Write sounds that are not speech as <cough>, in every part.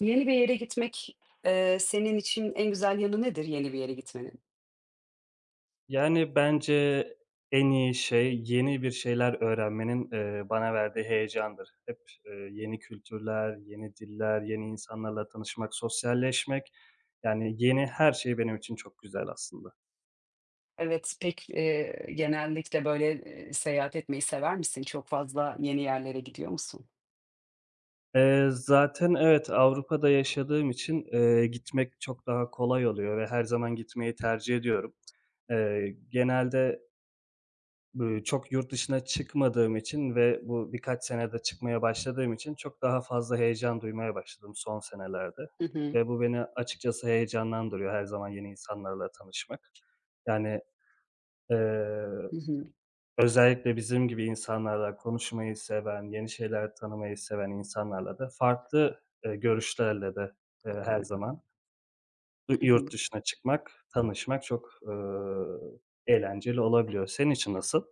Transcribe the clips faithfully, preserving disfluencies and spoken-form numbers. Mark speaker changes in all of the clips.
Speaker 1: Yeni bir yere gitmek, eee, senin için en güzel yanı nedir yeni bir yere gitmenin?
Speaker 2: Yani, bence en iyi şey yeni bir şeyler öğrenmenin, eee, bana verdiği heyecandır. Hep, eee, yeni kültürler, yeni diller, yeni insanlarla tanışmak, sosyalleşmek, yani, yeni her şey benim için çok güzel aslında.
Speaker 1: Evet, pek, eee, genellikle, böyle, eee, seyahat etmeyi sever misin? Çok fazla yeni yerlere gidiyor musun?
Speaker 2: Eee, zaten evet, Avrupa'da yaşadığım için, eee, gitmek çok daha kolay oluyor ve her zaman gitmeyi tercih ediyorum. Eee, genelde Iıı, çok yurt dışına çıkmadığım için ve bu birkaç senedir çıkmaya başladığım için çok daha fazla heyecan duymaya başladım son senelerde
Speaker 1: Hı hı.
Speaker 2: ve bu beni açıkçası heyecanlandırıyor her zaman yeni insanlarla tanışmak. Yani, eee,
Speaker 1: Hı hı.
Speaker 2: özellikle bizim gibi insanlarla konuşmayı seven, yeni şeyler tanımayı seven insanlarla da farklı, eee, görüşlerle de, eee, her zaman Ü
Speaker 1: Hı hı.
Speaker 2: yurt dışına çıkmak, tanışmak çok, eee, eğlenceli olabiliyor. Senin için nasıl?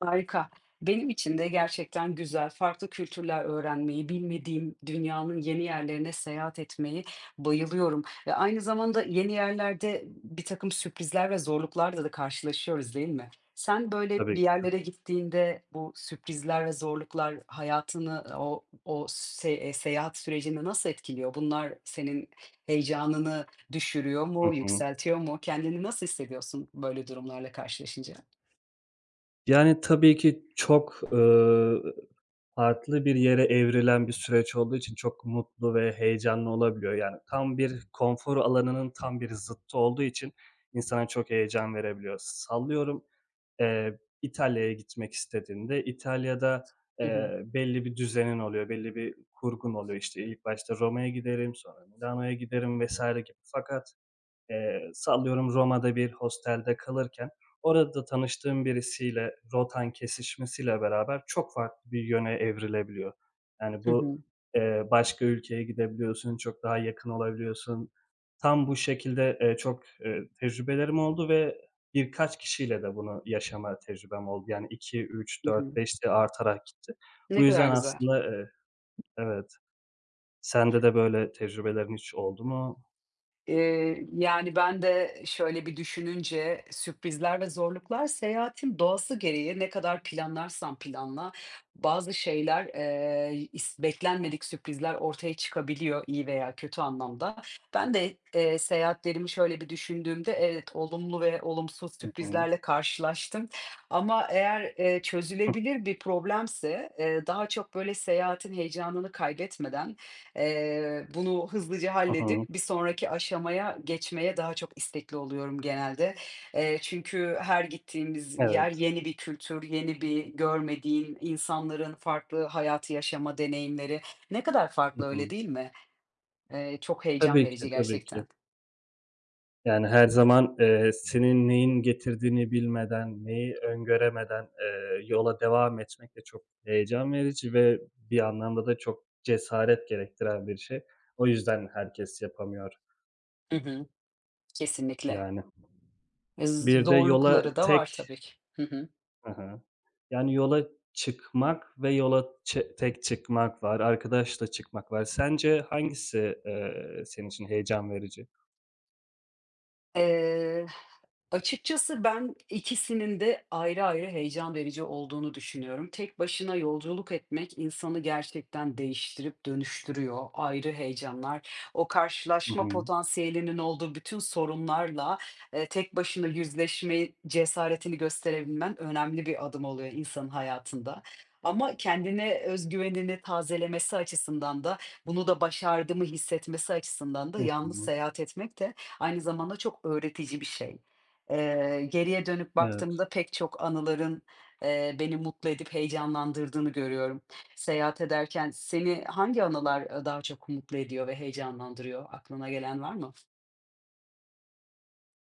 Speaker 1: Harika. Benim için de gerçekten güzel, farklı kültürler öğrenmeyi, bilmediğim dünyanın yeni yerlerine seyahat etmeyi bayılıyorum. Ve aynı zamanda yeni yerlerde bir takım sürprizler ve zorluklarla da karşılaşıyoruz, değil mi? Sen böyle
Speaker 2: Tabii
Speaker 1: bir
Speaker 2: ki.
Speaker 1: yerlere gittiğinde bu sürprizler ve zorluklar hayatını o o se eee, seyahat sürecini nasıl etkiliyor? Bunlar senin heyecanını düşürüyor
Speaker 2: Hı
Speaker 1: mu,
Speaker 2: hı.
Speaker 1: yükseltiyor mu? Kendini nasıl hissediyorsun böyle durumlarla karşılaşınca?
Speaker 2: Yani, tabii ki çok, eee farklı bir yere evrilen bir süreç olduğu için çok mutlu ve heyecanlı olabiliyor. Yani tam bir konfor alanının tam bir zıttı olduğu için insana çok heyecan verebiliyor. Sallıyorum, eee, İtalya'ya gitmek istediğinde İtalya'da,
Speaker 1: Hı hı.
Speaker 2: eee, belli bir düzenin oluyor, belli bir kurgun oluyor. İşte, ilk başta Roma'ya giderim, sonra Milano'ya giderim vesaire gibi. Fakat Eee, sallıyorum Roma'da bir hostelde kalırken orada tanıştığım birisiyle rotan kesişmesiyle beraber çok farklı bir yöne evrilebiliyor. Yani
Speaker 1: Hı
Speaker 2: bu,
Speaker 1: hı.
Speaker 2: eee, başka ülkeye gidebiliyorsun, çok daha yakın olabiliyorsun. Tam bu şekilde, eee, çok, eee, tecrübelerim oldu ve birkaç kişiyle de bunu yaşama tecrübem oldu. Yani iki, üç,
Speaker 1: Hı
Speaker 2: dört,
Speaker 1: hı.
Speaker 2: beş diye artarak gitti. Bu
Speaker 1: Ne kadar
Speaker 2: yüzden
Speaker 1: güzel.
Speaker 2: aslında. eee Evet. Sende de böyle tecrübelerin hiç oldu mu?
Speaker 1: Eee, yani, ben de şöyle bir düşününce sürprizler ve zorluklar seyahatin doğası gereği ne kadar planlarsan planla bazı şeyler, eee, is beklenmedik sürprizler ortaya çıkabiliyor iyi veya kötü anlamda. Ben de, eee, seyahatlerimi şöyle bir düşündüğümde evet, olumlu ve olumsuz
Speaker 2: Hı hı.
Speaker 1: sürprizlerle karşılaştım ama eğer, eee,
Speaker 2: <laughs>
Speaker 1: çözülebilir bir problemse, eee, daha çok böyle seyahatin heyecanını kaybetmeden Eee, bunu hızlıca
Speaker 2: Hı
Speaker 1: halledip
Speaker 2: hı.
Speaker 1: bir sonraki aşamaya geçmeye daha çok istekli oluyorum genelde. Eee, çünkü her gittiğimiz yer
Speaker 2: Evet.
Speaker 1: yeni bir kültür, yeni bir görmediğin insanların farklı hayatı yaşama deneyimleri. Ne kadar
Speaker 2: Hı
Speaker 1: farklı
Speaker 2: hı.
Speaker 1: öyle değil mi? Eee, çok heyecan
Speaker 2: Tabii ki,
Speaker 1: verici
Speaker 2: tabii ki.
Speaker 1: gerçekten.
Speaker 2: Yani, her zaman, eee, senin neyin getirdiğini bilmeden, neyi öngöremeden, eee, yola devam etmek de çok heyecan verici ve bir anlamda da çok cesaret gerektiren bir şey. O yüzden herkes yapamıyor,
Speaker 1: Hı hı, kesinlikle.
Speaker 2: yani.
Speaker 1: Z
Speaker 2: Bir de yola
Speaker 1: zorlukları da var
Speaker 2: tek.
Speaker 1: tabii ki. Hı hı.
Speaker 2: Hı hı. Yani, yola çıkmak ve yola çe tek çıkmak var, arkadaşla çıkmak var. Sence hangisi, eee, senin için heyecan verici?
Speaker 1: Eee, açıkçası ben ikisinin de ayrı ayrı heyecan verici olduğunu düşünüyorum. Tek başına yolculuk etmek insanı gerçekten değiştirip dönüştürüyor. Ayrı heyecanlar, o
Speaker 2: Hı hı.
Speaker 1: karşılaşma potansiyelinin olduğu bütün sorunlarla, eee, tek başına yüzleşme cesaretini gösterebilmen önemli bir adım oluyor insanın hayatında. Ama kendine özgüvenini güvenini tazelemesi açısından da, bunu da başardığımı hissetmesi açısından
Speaker 2: Hı
Speaker 1: da yalnız
Speaker 2: hı.
Speaker 1: seyahat etmek de Aynı zamanda çok öğretici bir şey. Eee, geriye dönüp
Speaker 2: Evet.
Speaker 1: baktığımda pek çok anıların, eee, beni mutlu edip heyecanlandırdığını görüyorum. Seyahat ederken seni hangi anılar, eee, daha çok mutlu ediyor ve heyecanlandırıyor? Aklına gelen var mı?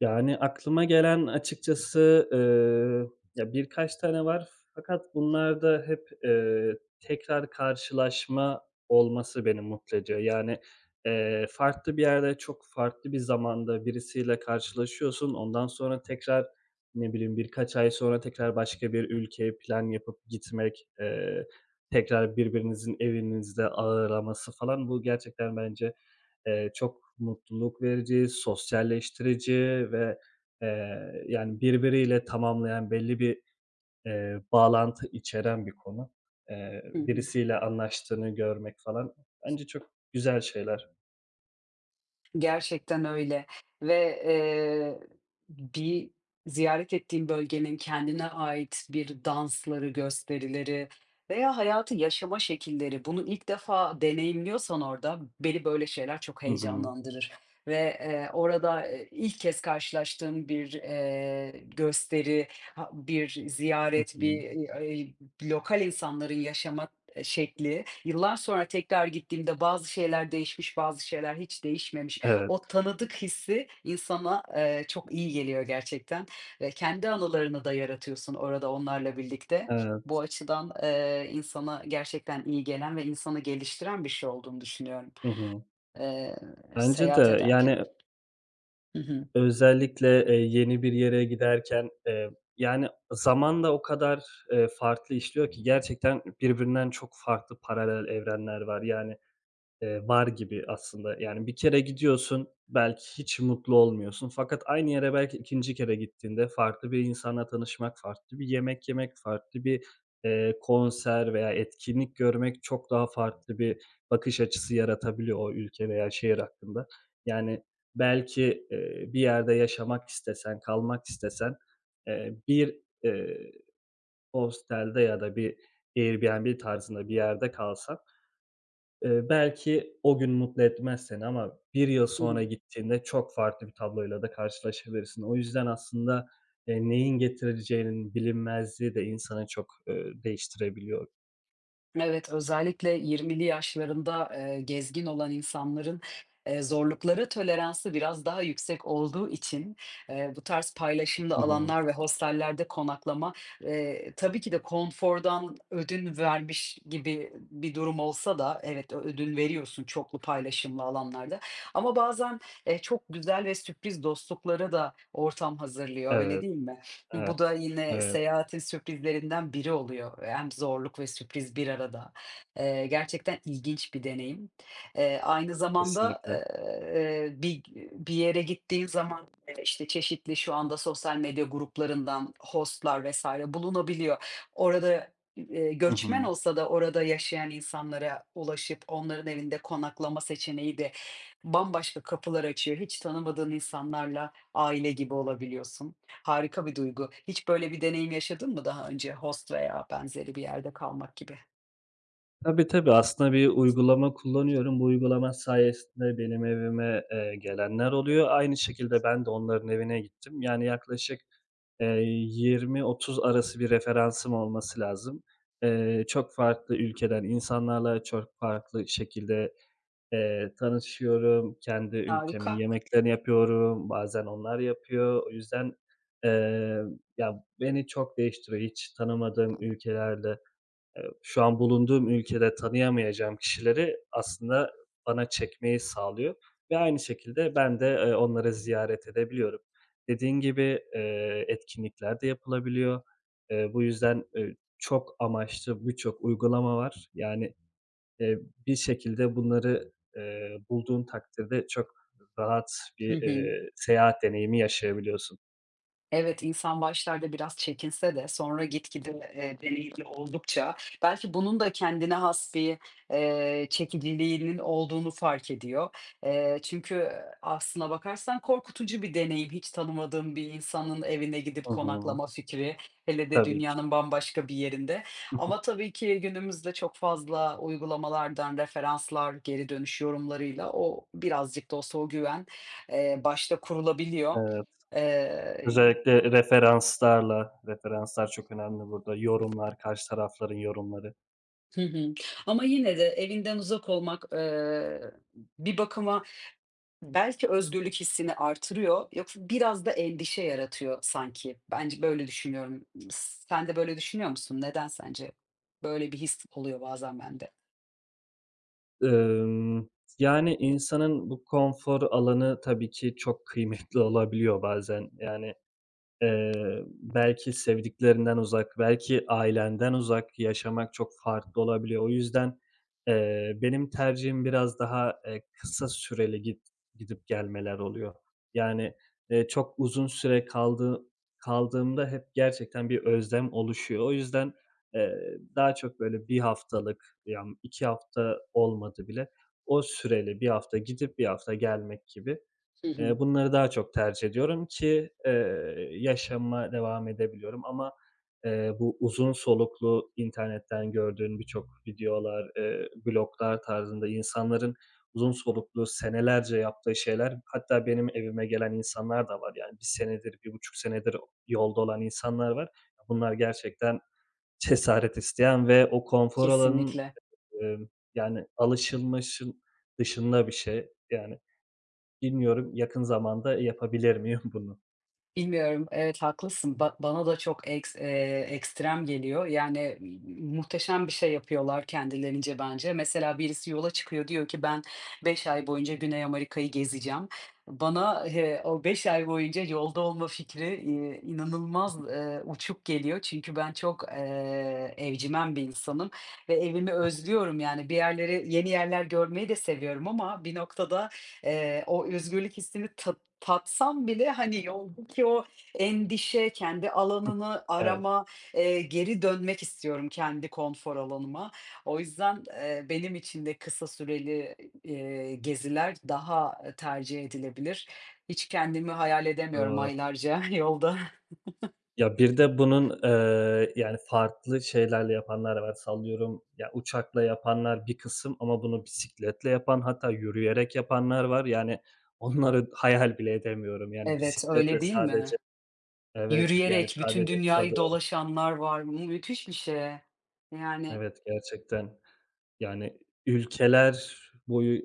Speaker 2: Yani, aklıma gelen açıkçası, eee, ya, birkaç tane var fakat bunlarda hep, eee, tekrar karşılaşma olması beni mutlu ediyor. Yani, eee, farklı bir yerde, çok farklı bir zamanda birisiyle karşılaşıyorsun. Ondan sonra tekrar, ne bileyim, birkaç ay sonra tekrar başka bir ülkeye plan yapıp gitmek, eee, tekrar birbirinizin evinizde ağırlaması falan bu gerçekten bence, Eee, çok mutluluk verici, sosyalleştirici ve, eee, yani, birbiriyle tamamlayan belli bir, eee, bağlantı içeren bir konu. Eee,
Speaker 1: Hı hı.
Speaker 2: birisiyle anlaştığını görmek falan bence çok güzel şeyler.
Speaker 1: Gerçekten öyle ve, eee, bir ziyaret ettiğim bölgenin kendine ait bir dansları, gösterileri veya hayatı yaşama şekilleri, bunu ilk defa deneyimliyorsan orada beni böyle şeyler çok
Speaker 2: Hı hı.
Speaker 1: heyecanlandırır ve, eee, orada, eee, ilk kez karşılaştığım bir, eee, gösteri, ha bir
Speaker 2: Hı
Speaker 1: ziyaret,
Speaker 2: hı.
Speaker 1: bir, eee, lokal insanların yaşama, şekli, yıllar sonra tekrar gittiğimde bazı şeyler değişmiş, bazı şeyler hiç değişmemiş.
Speaker 2: Evet,
Speaker 1: O tanıdık hissi insana, eee, çok iyi geliyor gerçekten ve kendi anılarını da yaratıyorsun orada onlarla birlikte. Bu
Speaker 2: evet.
Speaker 1: açıdan, eee, insana gerçekten iyi gelen ve insanı geliştiren bir şey olduğunu düşünüyorum,
Speaker 2: Hı hı.
Speaker 1: eee,
Speaker 2: Bence
Speaker 1: seyahat
Speaker 2: de,
Speaker 1: ederken.
Speaker 2: yani,
Speaker 1: Hı hı.
Speaker 2: özellikle, eee, yeni bir yere giderken, eee, yani, zaman da o kadar, eee, farklı işliyor ki gerçekten birbirinden çok farklı paralel evrenler var. Yani Eee, var gibi aslında. Yani bir kere gidiyorsun, belki hiç mutlu olmuyorsun fakat aynı yere belki ikinci kere gittiğinde farklı bir insanla tanışmak, farklı bir yemek yemek, farklı bir, eee, konser veya etkinlik görmek çok daha farklı bir bakış açısı yaratabiliyor o ülke veya şehir hakkında. Yani belki, eee, bir yerde yaşamak istesen, kalmak istesen, eee, bir, eee, hostelde ya da bir Airbnb tarzında bir yerde kalsan, Eee, belki o gün mutlu etmez seni ama bir yıl
Speaker 1: Hı hı.
Speaker 2: sonra gittiğinde çok farklı bir tabloyla da karşılaşabilirsin. O yüzden aslında, eee, neyin getireceğinin bilinmezliği de insanı çok, eee, değiştirebiliyor.
Speaker 1: Evet, özellikle yirmili yaşlarında, eee, gezgin olan insanların, eee, zorluklara toleransı biraz daha yüksek olduğu için, eee, bu tarz paylaşımlı
Speaker 2: Hı hı.
Speaker 1: alanlar ve hostellerde konaklama, eee, tabii ki de konfordan ödün vermiş gibi bir durum olsa da evet, ö ödün veriyorsun çoklu paylaşımlı alanlarda ama bazen, eee, çok güzel ve sürpriz dostluklara da ortam hazırlıyor, öyle
Speaker 2: Evet,
Speaker 1: değil mi? Bu da
Speaker 2: evet,
Speaker 1: yine
Speaker 2: evet,
Speaker 1: seyahatin sürprizlerinden biri oluyor. Hem zorluk ve sürpriz bir arada. Eee, gerçekten ilginç bir deneyim. Eee, aynı zamanda,
Speaker 2: kesinlikle.
Speaker 1: eee, bir bir yere gittiğin zaman, eee, işte, çeşitli şu anda sosyal medya gruplarından host'lar vesaire bulunabiliyor. Orada, eee,
Speaker 2: Hı
Speaker 1: göçmen
Speaker 2: hı.
Speaker 1: olsa da orada yaşayan insanlara ulaşıp onların evinde konaklama seçeneği de bambaşka kapılar açıyor. Hiç tanımadığın insanlarla aile gibi olabiliyorsun. Harika bir duygu. Hiç böyle bir deneyim yaşadın mı daha önce host veya benzeri bir yerde kalmak gibi?
Speaker 2: Tabii, tabii. Aslında bir uygulama kullanıyorum. Bu uygulama sayesinde benim evime, eee, gelenler oluyor. Aynı şekilde ben de onların evine gittim. Yani yaklaşık, Eee, yirmi otuz arası bir referansım olması lazım. Eee, çok farklı ülkeden insanlarla çok farklı şekilde, eee, tanışıyorum. Kendi ülkemin
Speaker 1: Harika.
Speaker 2: yemeklerini yapıyorum, bazen onlar yapıyor. O yüzden, eee, ya, beni çok değiştiriyor, hiç tanımadığım ülkelerde Eee, şu an bulunduğum ülkede tanıyamayacağım kişileri aslında bana çekmeyi sağlıyor ve aynı şekilde ben de, eee, onları ziyaret edebiliyorum. Dediğin gibi, eee, etkinlikler de yapılabiliyor. Eee, bu yüzden, eee, çok amaçlı birçok uygulama var. Yani, eee, bir şekilde bunları, eee, bulduğun takdirde çok rahat
Speaker 1: Hı
Speaker 2: bir,
Speaker 1: hı.
Speaker 2: eee, seyahat deneyimi yaşayabiliyorsun.
Speaker 1: Evet, insan başlarda biraz çekinse de sonra gitgide, eee, deneyimli oldukça belki bunun da kendine has bir, eee, çekiciliğinin olduğunu fark ediyor. Eee, çünkü aslına bakarsan korkutucu bir deneyim, hiç tanımadığın bir insanın evine gidip
Speaker 2: Hı hı.
Speaker 1: konaklama fikri, hele de
Speaker 2: Tabii ki.
Speaker 1: dünyanın bambaşka bir yerinde. Ama
Speaker 2: <laughs>
Speaker 1: tabii ki günümüzde çok fazla uygulamalardan referanslar, geri dönüş yorumlarıyla o birazcık da olsa o güven, eee, başta kurulabiliyor.
Speaker 2: Evet.
Speaker 1: Eee
Speaker 2: Özellikle referanslarla, referanslar çok önemli burada. Yorumlar, karşı tarafların yorumları.
Speaker 1: Hı hı. Ama yine de evinden uzak olmak, eee, bir bakıma belki özgürlük hissini artırıyor, yoksa biraz da endişe yaratıyor sanki. Bence böyle düşünüyorum. Sen de böyle düşünüyor musun? Neden sence böyle bir his oluyor bazen bende?
Speaker 2: Emm, Yani, insanın bu konfor alanı tabii ki çok kıymetli olabiliyor bazen. Yani, Eee, belki sevdiklerinden uzak, belki ailenden uzak yaşamak çok farklı olabiliyor. O yüzden, eee, benim tercihim biraz daha, eee, kısa süreli git gidip gelmeler oluyor. Yani, eee, çok uzun süre kaldığı kaldığımda hep gerçekten bir özlem oluşuyor. O yüzden, eee, daha çok böyle bir haftalık, yani iki hafta olmadı bile, o süreli bir hafta gidip bir hafta gelmek gibi.
Speaker 1: Hı
Speaker 2: Eee,
Speaker 1: hı.
Speaker 2: bunları daha çok tercih ediyorum ki, eee, yaşama devam edebiliyorum ama, eee, bu uzun soluklu internetten gördüğün birçok videolar, eee, bloglar tarzında insanların uzun soluklu senelerce yaptığı şeyler hatta benim evime gelen insanlar da var. Yani bir senedir, bir buçuk senedir yolda olan insanlar var. Bunlar gerçekten cesaret isteyen ve o konfor alanının,
Speaker 1: Kesinlikle.
Speaker 2: emm, yani alışılmışın dışında bir şey. Yani, bilmiyorum yakın zamanda yapabilir miyim <laughs> bunu?
Speaker 1: Bilmiyorum. Evet, haklısın. Ba bana da çok eks eee, ekstrem geliyor. Yani, muhteşem bir şey yapıyorlar kendilerince bence. Mesela birisi yola çıkıyor, diyor ki ben beş ay boyunca Güney Amerika'yı gezeceğim. Bana, eee, o beş ay boyunca yolda olma fikri, iii, inanılmaz, eee, uçuk geliyor. Çünkü ben çok, eee, evcimen bir insanım ve evimi özlüyorum. Yani bir yerleri, yeni yerler görmeyi de seviyorum ama bir noktada, eee, o özgürlük hissini ta Tatsam bile, hani, yoldaki o endişe, kendi
Speaker 2: Hı.
Speaker 1: alanını
Speaker 2: Evet,
Speaker 1: arama, eee, geri dönmek istiyorum kendi konfor alanıma. O yüzden, eee, benim için de kısa süreli, eee, geziler daha, eee, tercih edilebilir. Hiç kendimi hayal edemiyorum
Speaker 2: doğru.
Speaker 1: aylarca <laughs> yolda.
Speaker 2: Ya, bir de bunun, eee, yani, farklı şeylerle yapanlar var. Sallıyorum, ya, uçakla yapanlar bir kısım ama bunu bisikletle yapan hatta yürüyerek yapanlar var. Yani, onları hayal bile edemiyorum. Yani,
Speaker 1: Evet,
Speaker 2: bisikletle
Speaker 1: öyle değil
Speaker 2: sadece.
Speaker 1: mi?
Speaker 2: Evet, yani,
Speaker 1: Yürüyerek bütün
Speaker 2: sadece
Speaker 1: dünyayı
Speaker 2: çadır.
Speaker 1: dolaşanlar var. Bu müthiş bir şey. Yani
Speaker 2: Evet, gerçekten. Yani, ülkeler boyu,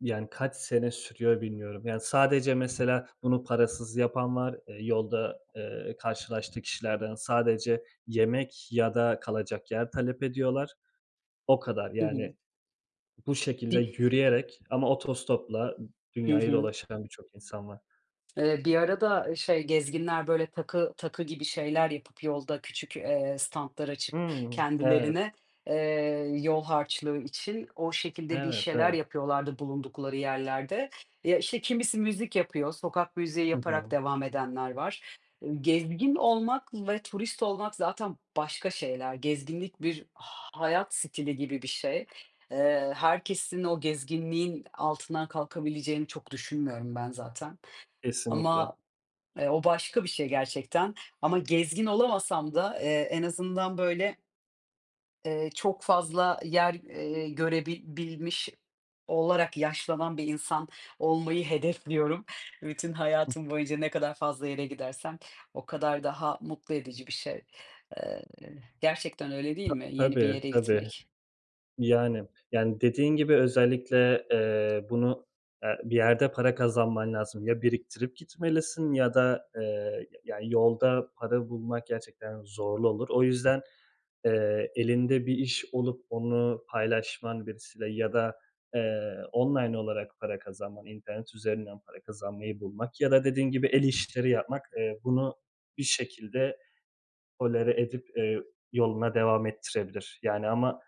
Speaker 2: yani, kaç sene sürüyor bilmiyorum. Yani, sadece mesela bunu parasız yapan var. Eee, yolda, eee, karşılaştığı kişilerden sadece yemek ya da kalacak yer talep ediyorlar. O kadar.
Speaker 1: Hı hı.
Speaker 2: Yani, bu şekilde
Speaker 1: Di
Speaker 2: yürüyerek ama otostopla
Speaker 1: Hı
Speaker 2: dünyayı
Speaker 1: hı.
Speaker 2: dolaşan birçok insan var.
Speaker 1: Eee, bir ara da şey, gezginler böyle takı takı gibi şeyler yapıp yolda küçük, eee, standlar açıp
Speaker 2: Hımm. Evet,
Speaker 1: kendilerine, eee, yol harçlığı için o şekilde bir
Speaker 2: evet,
Speaker 1: şeyler
Speaker 2: evet.
Speaker 1: yapıyorlardı bulundukları yerlerde. Ya, işte, kimisi müzik yapıyor, sokak müziği
Speaker 2: Hı
Speaker 1: yaparak
Speaker 2: hı.
Speaker 1: devam edenler var. Gezgin olmak ve turist olmak zaten başka şeyler. Gezginlik bir hayat stili gibi bir şey. Eee, herkesin o gezginliğin altından kalkabileceğini çok düşünmüyorum ben zaten.
Speaker 2: Kesinlikle.
Speaker 1: Ama, eee, o başka bir şey gerçekten ama gezgin olamasam da, eee, en azından böyle, eee, çok fazla yer, eee, görebil olarak yaşlanan bir insan olmayı hedefliyorum. <laughs> Bütün hayatım boyunca ne kadar fazla yere gidersem o kadar daha mutlu edici bir şey. Eee, gerçekten öyle değil mi yeni bir
Speaker 2: Tabii,
Speaker 1: yere
Speaker 2: tabii.
Speaker 1: gitmek?
Speaker 2: Yani, yani, dediğin gibi özellikle, eee, bunu, eee, bir yerde para kazanman lazım. Ya biriktirip gitmelisin ya da, eee, yani, yolda para bulmak gerçekten zorlu olur. O yüzden, eee, elinde bir iş olup onu paylaşman birisiyle ya da, eee, online olarak para kazanman, internet üzerinden para kazanmayı bulmak ya da dediğin gibi el işleri yapmak, eee, bunu bir şekilde tolere edip, eee, yoluna devam ettirebilir. Yani ama,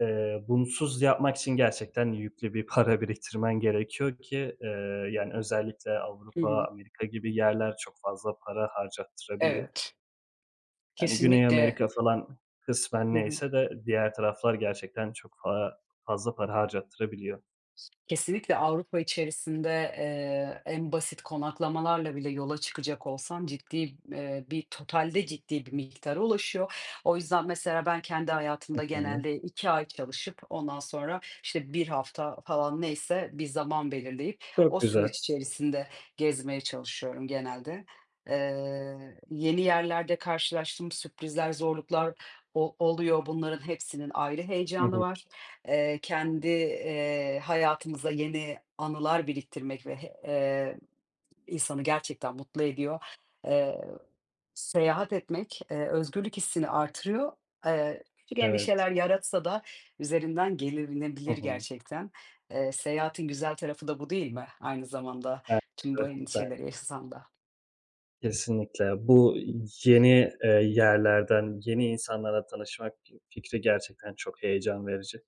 Speaker 2: Eee, bunsuz yapmak için gerçekten yüklü bir para biriktirmen gerekiyor ki, eee, yani, özellikle
Speaker 1: Hı
Speaker 2: Avrupa,
Speaker 1: hı.
Speaker 2: Amerika gibi yerler çok fazla para harcattırabiliyor.
Speaker 1: Evet,
Speaker 2: Yani, Güney
Speaker 1: kesinlikle.
Speaker 2: Amerika falan kısmen
Speaker 1: Hı hı.
Speaker 2: neyse de diğer taraflar gerçekten çok fa fazla para harcattırabiliyor.
Speaker 1: Kesinlikle Avrupa içerisinde, eee, en basit konaklamalarla bile yola çıkacak olsan ciddi, eee, bir totalde ciddi bir miktara ulaşıyor. O yüzden mesela ben kendi
Speaker 2: Hı
Speaker 1: hayatımda
Speaker 2: hı.
Speaker 1: genelde iki ay çalışıp ondan sonra, işte, bir hafta falan neyse bir zaman belirleyip
Speaker 2: Çok
Speaker 1: o
Speaker 2: güzel.
Speaker 1: süreç içerisinde gezmeye çalışıyorum genelde. Eee, yeni yerlerde karşılaştığım sürprizler, zorluklar o oluyor. Bunların hepsinin ayrı
Speaker 2: Hı
Speaker 1: heyecanı
Speaker 2: hı.
Speaker 1: var. Eee, kendi, eee, hayatımıza yeni anılar biriktirmek ve he eee, insanı gerçekten mutlu ediyor. Eee, seyahat etmek, eee, özgürlük hissini artırıyor. Eee, küçük
Speaker 2: Evet.
Speaker 1: endişeler yaratsa da üzerinden
Speaker 2: Hı
Speaker 1: gelinebilir
Speaker 2: hı.
Speaker 1: gerçekten. Eee, seyahatin güzel tarafı da bu değil mi aynı zamanda
Speaker 2: Bence
Speaker 1: tüm bu
Speaker 2: de, bence
Speaker 1: endişeleri yaşasan da?
Speaker 2: kesinlikle. Bu yeni, eee, yerlerden, yeni insanlarla tanışmak fikri gerçekten çok heyecan verici.